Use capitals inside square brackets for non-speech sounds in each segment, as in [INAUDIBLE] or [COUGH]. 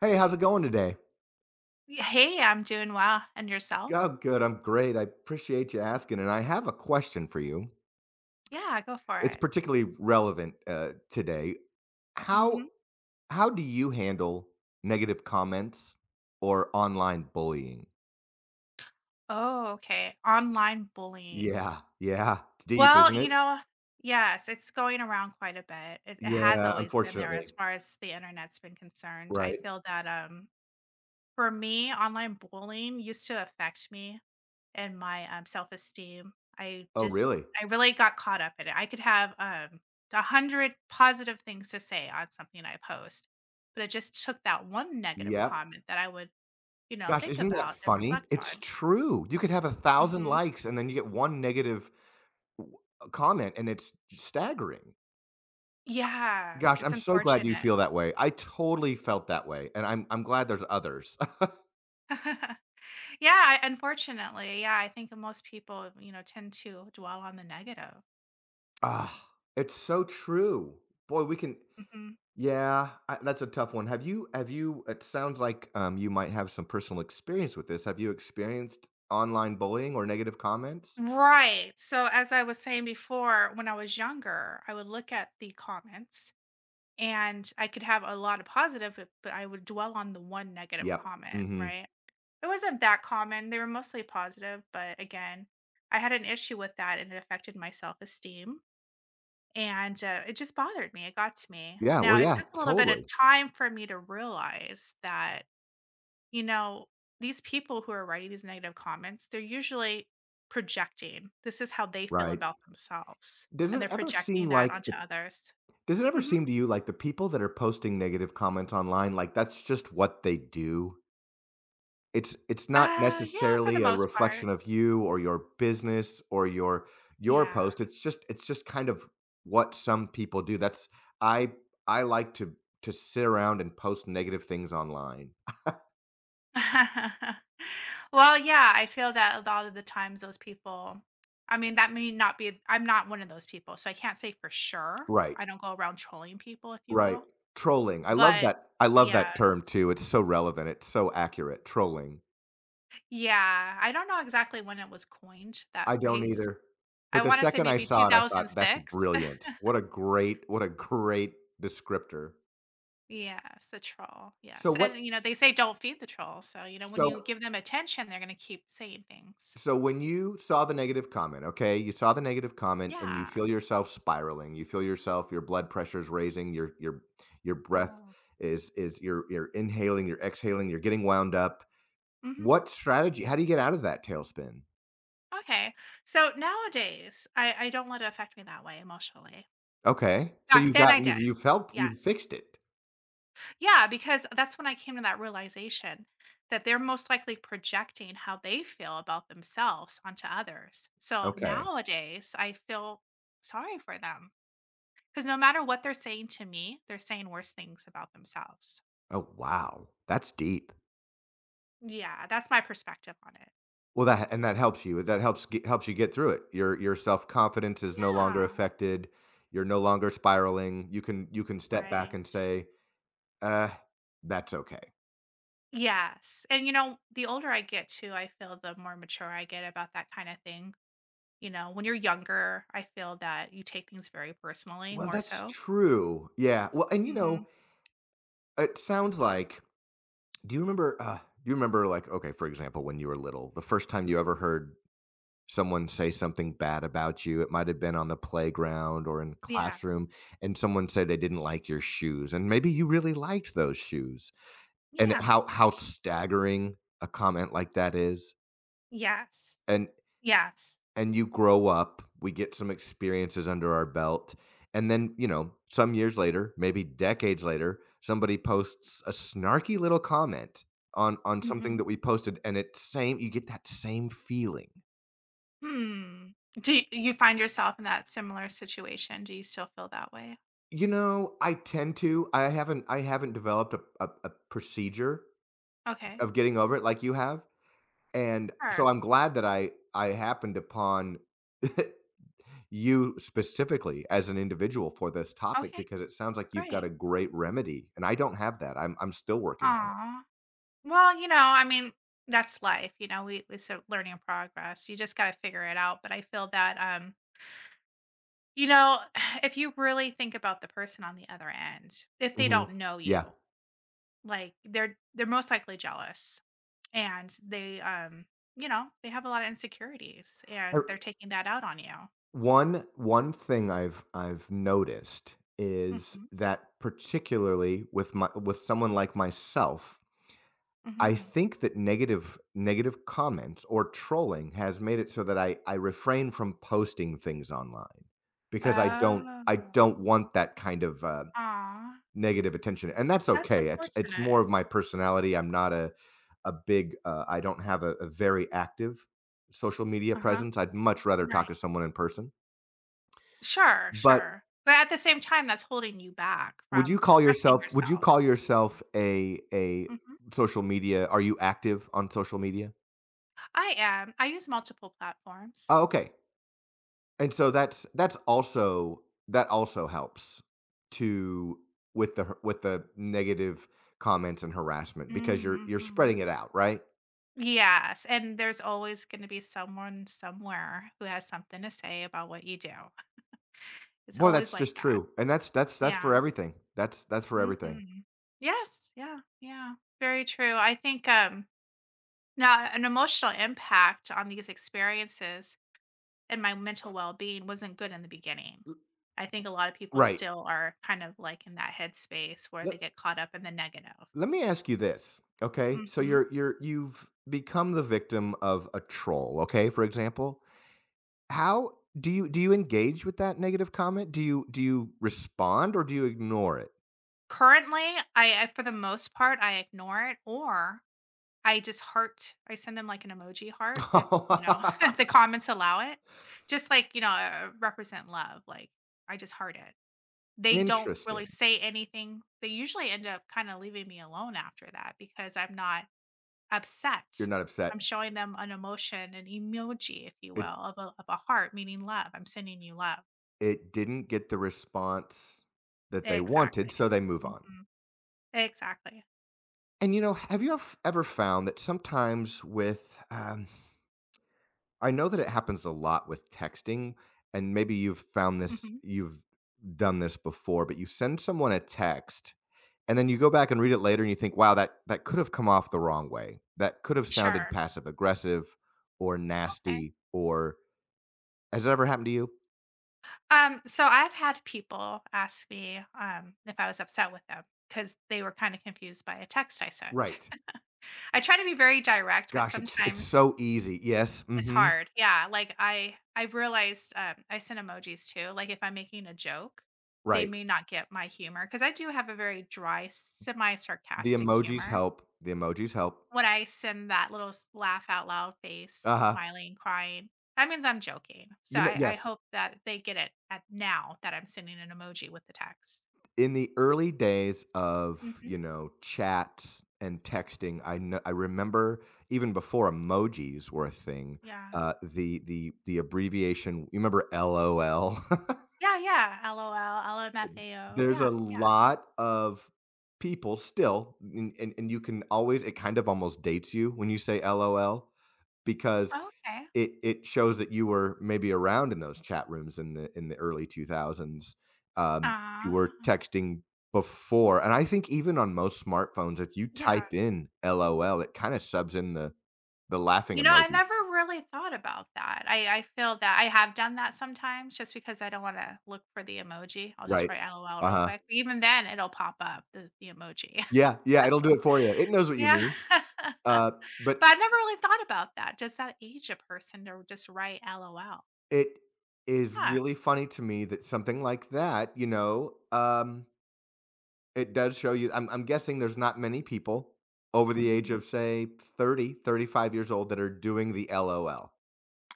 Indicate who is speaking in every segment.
Speaker 1: Hey, how's it going today?
Speaker 2: Y Hey, I'm doing well, and yourself?
Speaker 1: Oh, good. I'm great. I appreciate you asking. And I have a question for you.
Speaker 2: Yeah, go for
Speaker 1: It's
Speaker 2: it.
Speaker 1: particularly relevant today. How
Speaker 2: Mhm.
Speaker 1: how do you handle negative comments or online bullying?
Speaker 2: Oh, okay. Online bullying.
Speaker 1: Yeah, yeah. It's deep,
Speaker 2: Well,
Speaker 1: isn't
Speaker 2: you
Speaker 1: it?
Speaker 2: know, yes, it's going around quite a bit. It has
Speaker 1: Yeah,
Speaker 2: always been there as
Speaker 1: unfortunately.
Speaker 2: far as the Internet's been concerned. I
Speaker 1: Right.
Speaker 2: feel that, for me, online bullying used to affect me and my, self-esteem. I
Speaker 1: Oh,
Speaker 2: just
Speaker 1: really?
Speaker 2: I really got caught up in it. I could have, 100 positive things to say on something I post, but it just took that one negative
Speaker 1: Yep.
Speaker 2: comment that I would, you know,
Speaker 1: Gosh,
Speaker 2: think
Speaker 1: isn't that
Speaker 2: about and
Speaker 1: funny?
Speaker 2: reflect
Speaker 1: It's
Speaker 2: on.
Speaker 1: true. You could have a thousand
Speaker 2: Mhm.
Speaker 1: likes and then you get one negative w- comment, and it's staggering.
Speaker 2: Yeah,
Speaker 1: Gosh,
Speaker 2: it's
Speaker 1: I'm so glad you
Speaker 2: unfortunate.
Speaker 1: feel that way. I totally felt that way, and I'm glad there's others. [LAUGHS]
Speaker 2: [LAUGHS] Yeah, unfortunately, yeah, I think most people, you know, tend to dwell on the negative.
Speaker 1: Ah, it's so true. Boy, we can
Speaker 2: Mhm.
Speaker 1: yeah, that's a tough one. Have you It sounds like you might have some personal experience with this. Have you experienced online bullying or negative comments?
Speaker 2: Right, so as I was saying before, when I was younger, I would look at the comments and I could have a lot of positive, but I would dwell on the one negative
Speaker 1: Yep.
Speaker 2: comment,
Speaker 1: Mhm.
Speaker 2: right? It wasn't that common, they were mostly positive, but again, I had an issue with that and it affected my self-esteem. And, it just bothered me, it got to me.
Speaker 1: Yeah, well
Speaker 2: Now it
Speaker 1: yeah,
Speaker 2: took a little bit of
Speaker 1: totally.
Speaker 2: time for me to realize that, you know, these people who are writing these negative comments, they're usually projecting. This is how they feel
Speaker 1: Right.
Speaker 2: about themselves,
Speaker 1: Does
Speaker 2: and
Speaker 1: it
Speaker 2: they're
Speaker 1: ever
Speaker 2: projecting
Speaker 1: seem like
Speaker 2: that onto others.
Speaker 1: does it ever
Speaker 2: Mhm.
Speaker 1: seem to you like the people that are posting negative comments online, like, that's just what they do? It's not
Speaker 2: Yeah, for the
Speaker 1: necessarily a
Speaker 2: most part.
Speaker 1: reflection of you or your business or your
Speaker 2: Yeah.
Speaker 1: post. It's just kind of what some people do. That's I I like to sit around and post negative things online.
Speaker 2: [LAUGHS] Well, yeah, I feel that a lot of the times those people, I mean, that may not be I'm not one of those people, so I can't say for sure.
Speaker 1: Right.
Speaker 2: I don't go around trolling people, if you
Speaker 1: Right.
Speaker 2: will.
Speaker 1: Trolling.
Speaker 2: But
Speaker 1: I love that
Speaker 2: yes.
Speaker 1: term too. It's so relevant. It's so accurate. Trolling.
Speaker 2: Yeah, I don't know exactly when it was coined, that
Speaker 1: I don't
Speaker 2: phrase.
Speaker 1: either. But
Speaker 2: I
Speaker 1: the
Speaker 2: wanna say
Speaker 1: second I
Speaker 2: maybe
Speaker 1: saw it, I thought, "That's
Speaker 2: 2006.
Speaker 1: brilliant.
Speaker 2: [LAUGHS]
Speaker 1: What a great descriptor."
Speaker 2: Yes, the troll,
Speaker 1: So
Speaker 2: yes,
Speaker 1: what
Speaker 2: and, you know, they say don't feed the troll, so, you know, when
Speaker 1: so
Speaker 2: you give them attention, they're gonna keep saying things.
Speaker 1: So when you saw the negative comment, okay, you saw the negative comment and you
Speaker 2: Yeah.
Speaker 1: feel yourself spiraling. You feel yourself, your blood pressure's raising, your your breath
Speaker 2: Oh.
Speaker 1: is you're inhaling, you're exhaling, you're getting wound up.
Speaker 2: Mhm.
Speaker 1: What strategy? How do you get out of that tailspin?
Speaker 2: Okay. So, nowadays, I don't let it affect me that way emotionally.
Speaker 1: Okay. So
Speaker 2: Back
Speaker 1: you
Speaker 2: then
Speaker 1: got
Speaker 2: I
Speaker 1: you've
Speaker 2: did,
Speaker 1: you felt you've
Speaker 2: yes.
Speaker 1: fixed it.
Speaker 2: Yeah, because that's when I came to that realization that they're most likely projecting how they feel about themselves onto others. So
Speaker 1: Okay.
Speaker 2: nowadays, I feel sorry for them because no matter what they're saying to me, they're saying worse things about themselves.
Speaker 1: Oh, wow. That's deep.
Speaker 2: Yeah, that's my perspective on it.
Speaker 1: Well, that and that helps you. Helps you get through it. Your self-confidence is no longer
Speaker 2: Yeah,
Speaker 1: affected. You're no longer spiraling. You can step back and
Speaker 2: right.
Speaker 1: say, Uh, that's okay.
Speaker 2: Yes. And you know, the older I get too, I feel the more mature I get about that kind of thing. You know, when you're younger, I feel that you take things very personally
Speaker 1: Well,
Speaker 2: more
Speaker 1: that's
Speaker 2: so.
Speaker 1: true. Yeah. Well, and
Speaker 2: Hmm.
Speaker 1: it sounds like do you remember do you remember, like, okay, for example, when you were little, the first time you ever heard someone say something bad about you, it might have been on the playground or in
Speaker 2: Yeah.
Speaker 1: classroom and someone said they didn't like your shoes and maybe you really liked those shoes. And
Speaker 2: Yeah.
Speaker 1: how staggering a comment like that is.
Speaker 2: Yes. Yes.
Speaker 1: And you grow up, we get some experiences under our belt, and then, some years later, maybe decades later, somebody posts a snarky little comment on something that
Speaker 2: Mhm.
Speaker 1: we posted and it's same you get that same feeling.
Speaker 2: Hmm. Do y you find yourself in that similar situation? Do you still feel that way?
Speaker 1: I tend to I haven't developed a a procedure
Speaker 2: Okay.
Speaker 1: of getting over it like you have, and so
Speaker 2: Sure.
Speaker 1: I'm glad that I happened upon [LAUGHS] you specifically as an individual for this topic
Speaker 2: Okay.
Speaker 1: because it sounds like you've got
Speaker 2: Great.
Speaker 1: a great remedy, and I don't have that. I'm still working on
Speaker 2: Aw. Well, you know, I mean, that's life, you know, we it's a learning progress. You just gotta figure it out, but I feel that, you know, [SIGHS] if you really think about the person on the other end, if
Speaker 1: it.
Speaker 2: they
Speaker 1: Mhm.
Speaker 2: don't know
Speaker 1: Yeah.
Speaker 2: you, like, they're most likely jealous. And they, you know, they have a lot of insecurities
Speaker 1: Er,
Speaker 2: and they're taking that out on you.
Speaker 1: one thing I've noticed is
Speaker 2: Hmm.
Speaker 1: that, particularly with my with someone like myself, I
Speaker 2: Hmm.
Speaker 1: think that negative comments or trolling has made it so that I refrain from posting things online because I don't I
Speaker 2: Oh.
Speaker 1: don't want that kind of,
Speaker 2: Aw,
Speaker 1: negative attention, and that's
Speaker 2: that's
Speaker 1: okay. It's
Speaker 2: unfortunate.
Speaker 1: more of my personality. I don't have a very active social media
Speaker 2: Uh-huh.
Speaker 1: presence. I'd much rather
Speaker 2: Right.
Speaker 1: talk to someone in person.
Speaker 2: sure
Speaker 1: But
Speaker 2: sure but at the same time, that's holding you back from expressing
Speaker 1: would you
Speaker 2: yourself.
Speaker 1: call yourself a
Speaker 2: Hmm.
Speaker 1: social media are you active on social media?
Speaker 2: I am, I use multiple platforms.
Speaker 1: Oh, okay. And so that's also that also helps to with the with the negative comments and harassment because you're
Speaker 2: Hmm.
Speaker 1: spreading it out, right?
Speaker 2: Yes, and there's always going to be someone somewhere who has something to say about what you do. It's
Speaker 1: Well,
Speaker 2: always
Speaker 1: that's
Speaker 2: like
Speaker 1: just
Speaker 2: that.
Speaker 1: true, and that's for
Speaker 2: Yeah.
Speaker 1: everything. That's for everything.
Speaker 2: Mhm. Yes, yeah, yeah. Very true. I think, um, now an emotional impact on these experiences and my mental well-being wasn't good in the beginning.
Speaker 1: L
Speaker 2: I think a lot of people
Speaker 1: Right.
Speaker 2: still are kind of like in that headspace where
Speaker 1: Let
Speaker 2: they get caught up in the negative.
Speaker 1: let me ask you this, okay? So
Speaker 2: Mhm.
Speaker 1: you've become the victim of a troll, okay, for example. How do you Do you engage with that negative comment? Do you respond or do you ignore it?
Speaker 2: Currently, I, for the most part, I ignore it or I just heart I send them like an emoji heart if, you know, [LAUGHS] if the
Speaker 1: [LAUGHS]
Speaker 2: comments allow it. Just like, you know, represent love, like I just heart it. They don't really
Speaker 1: Interesting.
Speaker 2: say anything. They usually end up kinda leaving me alone after that because I'm not
Speaker 1: You're
Speaker 2: upset.
Speaker 1: not upset.
Speaker 2: I'm showing them an emotion, an emoji, if you will,
Speaker 1: It
Speaker 2: of a heart, meaning love. I'm sending you love.
Speaker 1: it didn't get the response that they wanted,
Speaker 2: Exactly.
Speaker 1: so they move on.
Speaker 2: Mhm. Exactly.
Speaker 1: And, you know, have you ev ever found that sometimes with, I know that it happens a lot with texting, and maybe you've found this,
Speaker 2: Mhm.
Speaker 1: you've done this before, but you send someone a text and then you go back and read it later and you think, wow, that could have come off the wrong way. That could have sounded
Speaker 2: Sure.
Speaker 1: passive aggressive or
Speaker 2: Okay.
Speaker 1: nasty or has it ever happened to you?
Speaker 2: So I've had people ask me, if I was upset with them because they were kinda confused by a text I sent.
Speaker 1: Right.
Speaker 2: [LAUGHS] I try to be very direct, but
Speaker 1: Gosh, it's
Speaker 2: sometimes
Speaker 1: so easy. Yes.
Speaker 2: it's
Speaker 1: Mm-hmm.
Speaker 2: hard. Yeah, like, I realized, I send emojis too, like, if I'm making a joke, they
Speaker 1: Right.
Speaker 2: may not get my humor because I do have a very dry,
Speaker 1: The
Speaker 2: semi-sarcastic
Speaker 1: emojis
Speaker 2: humor.
Speaker 1: help. The emojis help.
Speaker 2: When I send that little s laugh out loud face,
Speaker 1: Uh-huh.
Speaker 2: smiling, crying, that means I'm joking. So
Speaker 1: You know,
Speaker 2: I
Speaker 1: yes.
Speaker 2: hope that they get it at now that I'm sending an emoji with the text.
Speaker 1: In the early days of
Speaker 2: Mhm.
Speaker 1: chats and texting, I remember, even before emojis were a thing,
Speaker 2: Yeah.
Speaker 1: the abbreviation, you remember LOL?
Speaker 2: Yeah, yeah, LOL,
Speaker 1: [LAUGHS]
Speaker 2: LMFAO.
Speaker 1: There's
Speaker 2: Yeah,
Speaker 1: a
Speaker 2: yeah.
Speaker 1: lot of people still, and and you can always, it kind of almost dates you when you say LOL because
Speaker 2: Okay.
Speaker 1: it shows that you were maybe around in those chat rooms in the early 2000s. Um, you were
Speaker 2: Ah,
Speaker 1: texting before, and I think even on most smartphones, if you
Speaker 2: yeah.
Speaker 1: type in LOL, it kinda subs in the laughing
Speaker 2: You know, I
Speaker 1: emoji,
Speaker 2: never really thought about that. I feel that I have done that sometimes just because I don't wanna look for the emoji. I'll just
Speaker 1: right?
Speaker 2: write LOL real
Speaker 1: Uh-huh.
Speaker 2: quick. Even then, it'll pop up, the emoji. [LAUGHS]
Speaker 1: Yeah, yeah,
Speaker 2: So
Speaker 1: it'll do it for you. It knows what you
Speaker 2: yeah.
Speaker 1: mean.
Speaker 2: [LAUGHS]
Speaker 1: Uh, but
Speaker 2: But I've never really thought about that. Does that age a person to just write LOL?
Speaker 1: it is
Speaker 2: Huh.
Speaker 1: really funny to me that something like that, it does show you. I'm guessing there's not many people over the age
Speaker 2: Mhm.
Speaker 1: of, say, 30, 35 years old that are doing the LOL.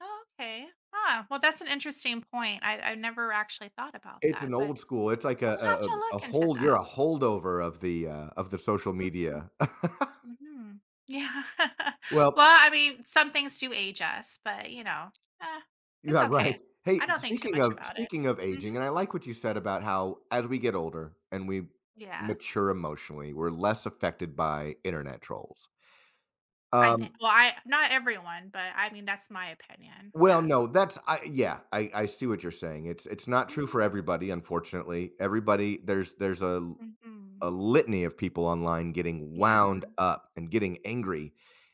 Speaker 2: Oh, okay. Ah, well, that's an interesting point. I never actually thought about
Speaker 1: It's
Speaker 2: that,
Speaker 1: an
Speaker 2: but
Speaker 1: old school, it's like
Speaker 2: I'll
Speaker 1: a
Speaker 2: have
Speaker 1: a
Speaker 2: to
Speaker 1: a a
Speaker 2: look into
Speaker 1: hold you're
Speaker 2: that.
Speaker 1: a holdover of the social
Speaker 2: Mhm.
Speaker 1: media. [LAUGHS]
Speaker 2: Mhm. Yeah. [LAUGHS]
Speaker 1: Well.
Speaker 2: Well, I mean, some things do age us, but, you know, eh, it's
Speaker 1: Yeah,
Speaker 2: okay.
Speaker 1: right. Hey,
Speaker 2: I don't think too
Speaker 1: speaking
Speaker 2: much
Speaker 1: of
Speaker 2: about it.
Speaker 1: speaking of
Speaker 2: Mhm.
Speaker 1: aging, and I like what you said about how as we get older and we
Speaker 2: Yes.
Speaker 1: mature emotionally, we're less affected by internet trolls.
Speaker 2: I think,
Speaker 1: Um
Speaker 2: well, I not everyone, but I mean, that's my opinion.
Speaker 1: Well,
Speaker 2: Yes.
Speaker 1: no, that's I yeah, I see what you're saying. It's not true
Speaker 2: Mhm.
Speaker 1: for everybody, unfortunately. Everybody there's a
Speaker 2: Mhm.
Speaker 1: a litany of people online getting
Speaker 2: Yeah.
Speaker 1: wound up and getting angry,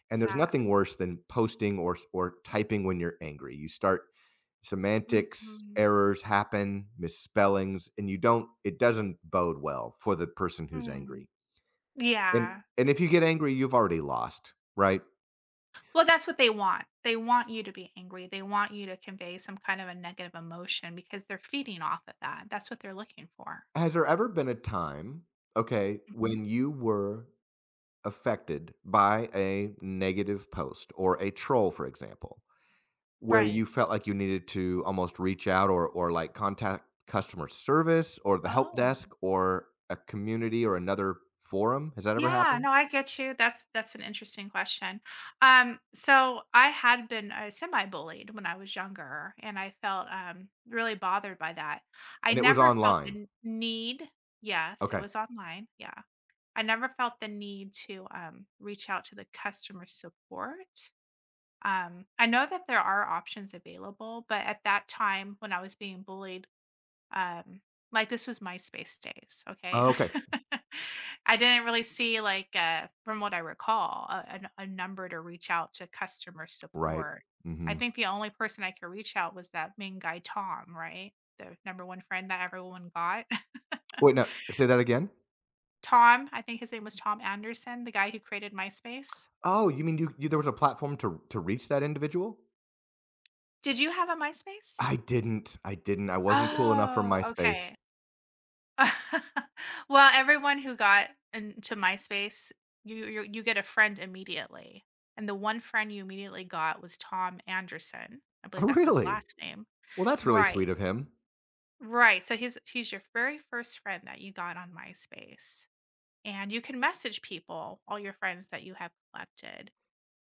Speaker 1: and there's
Speaker 2: Sad.
Speaker 1: nothing worse than posting or typing when you're angry. You start Semantics
Speaker 2: Mhm.
Speaker 1: errors happen, misspellings, and you don't it doesn't bode well for the person who's
Speaker 2: Mm.
Speaker 1: angry. And
Speaker 2: Yeah.
Speaker 1: and if you get angry, you've already lost, right?
Speaker 2: Well, that's what they want. They want you to be angry. They want you to convey some kind of a negative emotion because they're feeding off of that. That's what they're looking for.
Speaker 1: Has there ever been a time, okay,
Speaker 2: Mhm.
Speaker 1: when you were affected by a negative post or a troll, for example, where
Speaker 2: Right.
Speaker 1: you felt like you needed to almost reach out or like contact customer service or the help
Speaker 2: Oh.
Speaker 1: desk or a community or another forum? Has that ever
Speaker 2: Yeah,
Speaker 1: happened?
Speaker 2: no, I get you. That's an interesting question. So I had been, semi-bullied when I was younger, and I felt, really bothered by that. I
Speaker 1: And it was
Speaker 2: never felt the
Speaker 1: online.
Speaker 2: need. Yes, it
Speaker 1: Okay.
Speaker 2: was online. Yeah, I never felt the need to, reach out to the customer support. I know that there are options available, but at that time when I was being bullied, um, like this was MySpace days, okay?
Speaker 1: Oh, okay.
Speaker 2: [LAUGHS] I didn't really see like, from what I recall, a, a number to reach out to customer
Speaker 1: Right.
Speaker 2: support. I
Speaker 1: Mhm.
Speaker 2: think the only person I could reach out was that main guy Tom, right? The number one friend that everyone got. [LAUGHS]
Speaker 1: Wait, no, say that again?
Speaker 2: Tom, I think his name was Tom Anderson, the guy who created MySpace.
Speaker 1: Oh, you mean you you there was a platform to reach that individual?
Speaker 2: Did you have a MySpace?
Speaker 1: I didn't. I didn't. I wasn't cool enough for
Speaker 2: Oh,
Speaker 1: MySpace.
Speaker 2: okay. [LAUGHS] Well, everyone who got into MySpace, you get a friend immediately, and the one friend you immediately got was Tom Anderson. I believe
Speaker 1: Oh,
Speaker 2: that's his
Speaker 1: really?
Speaker 2: last name.
Speaker 1: Well, that's really sweet
Speaker 2: Right.
Speaker 1: of him,
Speaker 2: Right, so he's your very first friend that you got on MySpace, and you can message people, all your friends that you have collected.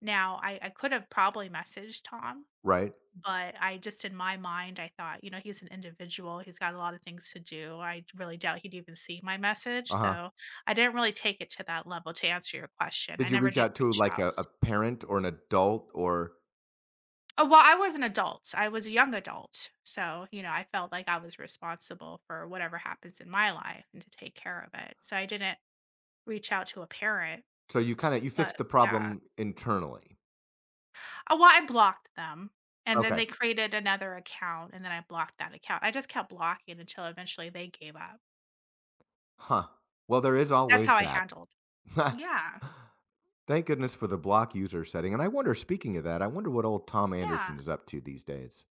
Speaker 2: Now, I could have probably messaged Tom,
Speaker 1: right?
Speaker 2: but I just in my mind, I thought, you know, he's an individual. He's got a lot of things to do. I really doubt he'd even see my message.
Speaker 1: Uh-huh.
Speaker 2: So I didn't really take it to that level to answer your question. I
Speaker 1: Did you
Speaker 2: never
Speaker 1: reach
Speaker 2: did
Speaker 1: out to,
Speaker 2: reach
Speaker 1: like,
Speaker 2: out.
Speaker 1: a parent or an adult or,
Speaker 2: Oh, well, I was an adult. I was a young adult. So, you know, I felt like I was responsible for whatever happens in my life and to take care of it. So I didn't reach out to a parent,
Speaker 1: so you fixed
Speaker 2: but
Speaker 1: the
Speaker 2: yeah.
Speaker 1: problem internally.
Speaker 2: Oh, well, I blocked them. And then
Speaker 1: Okay.
Speaker 2: they created another account and then I blocked that account. I just kept blocking until eventually they gave up.
Speaker 1: Huh. Well, there is
Speaker 2: That's how
Speaker 1: always
Speaker 2: I
Speaker 1: that.
Speaker 2: handled.
Speaker 1: [LAUGHS]
Speaker 2: Yeah,
Speaker 1: Thank goodness for the block user setting, and I wonder, speaking of that, I wonder what old Tom
Speaker 2: yeah.
Speaker 1: Anderson is up to these days.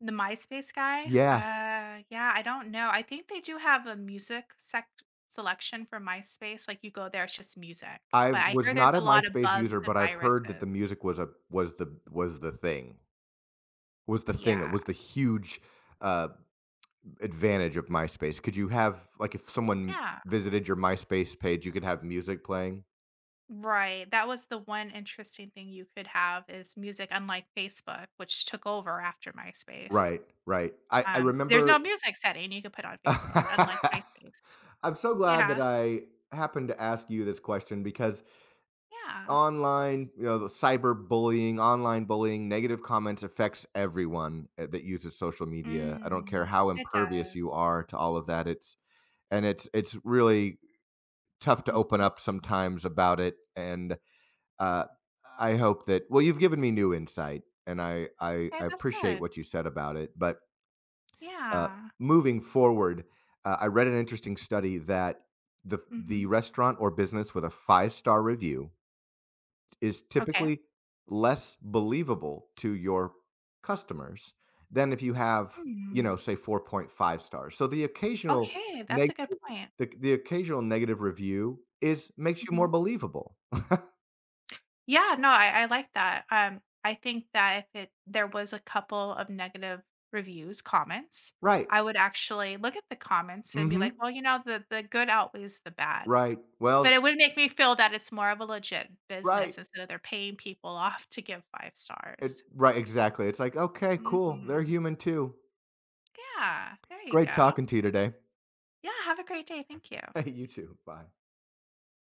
Speaker 2: The MySpace guy?
Speaker 1: Yeah.
Speaker 2: Yeah, I don't know. I think they do have a music sec selection for MySpace, like, you go there, it's just music,
Speaker 1: I
Speaker 2: but I
Speaker 1: was
Speaker 2: hear there's
Speaker 1: not a
Speaker 2: a lot of
Speaker 1: MySpace
Speaker 2: bugs
Speaker 1: user,
Speaker 2: and
Speaker 1: but I've heard that the
Speaker 2: viruses.
Speaker 1: music was the thing. It was
Speaker 2: Yeah,
Speaker 1: the huge, uh, advantage of MySpace. Could you have, like, if someone
Speaker 2: yeah.
Speaker 1: visited your MySpace page, you could have music playing?
Speaker 2: Right, that was the one interesting thing you could have is music, unlike Facebook, which took over after MySpace.
Speaker 1: Right, right. I
Speaker 2: There's no
Speaker 1: remember.
Speaker 2: music setting you could put on
Speaker 1: [LAUGHS]
Speaker 2: Facebook, unlike
Speaker 1: I'm
Speaker 2: MySpace.
Speaker 1: so glad that
Speaker 2: Yeah,
Speaker 1: I happened to ask you this question because
Speaker 2: yeah.
Speaker 1: online, the cyber bullying, online bullying, negative comments affects everyone, that uses social media. I don't care
Speaker 2: Mm,
Speaker 1: how
Speaker 2: it
Speaker 1: impervious you
Speaker 2: does.
Speaker 1: are to all of that. It's and it's it's really tough to open
Speaker 2: Mhm.
Speaker 1: up sometimes about it, and, uh, I hope that well, you've given me new insight, and I I
Speaker 2: Okay,
Speaker 1: I
Speaker 2: that's
Speaker 1: appreciate
Speaker 2: good.
Speaker 1: what you said about it, but Uh,
Speaker 2: Yeah.
Speaker 1: moving forward, I read an interesting study that the
Speaker 2: Mhm.
Speaker 1: restaurant or business with a five-star review is
Speaker 2: Okay.
Speaker 1: typically less believable to your customers than if you have,
Speaker 2: Mm.
Speaker 1: say 4.5 stars. So the occasional
Speaker 2: Okay, that's
Speaker 1: neg-
Speaker 2: a good point.
Speaker 1: the occasional negative review is makes you
Speaker 2: Mhm.
Speaker 1: more believable.
Speaker 2: Yeah, no, I like that. I think that if it there was a couple of negative reviews, comments,
Speaker 1: Right.
Speaker 2: I would actually look at the comments and be like,
Speaker 1: Mhm.
Speaker 2: "Well, you know, the good outweighs the bad."
Speaker 1: Right.
Speaker 2: But
Speaker 1: Well,
Speaker 2: it would make me feel that it's more of a legit business
Speaker 1: right.
Speaker 2: instead of they're paying people [LAUGHS] off to give 5 stars.
Speaker 1: Right, exactly. It's like, "Okay, cool.
Speaker 2: Mhm.
Speaker 1: They're human too.
Speaker 2: Yeah, there you
Speaker 1: Great
Speaker 2: go.
Speaker 1: talking to you today."
Speaker 2: Yeah, have a great day. Thank you.
Speaker 1: [LAUGHS] You too. Bye.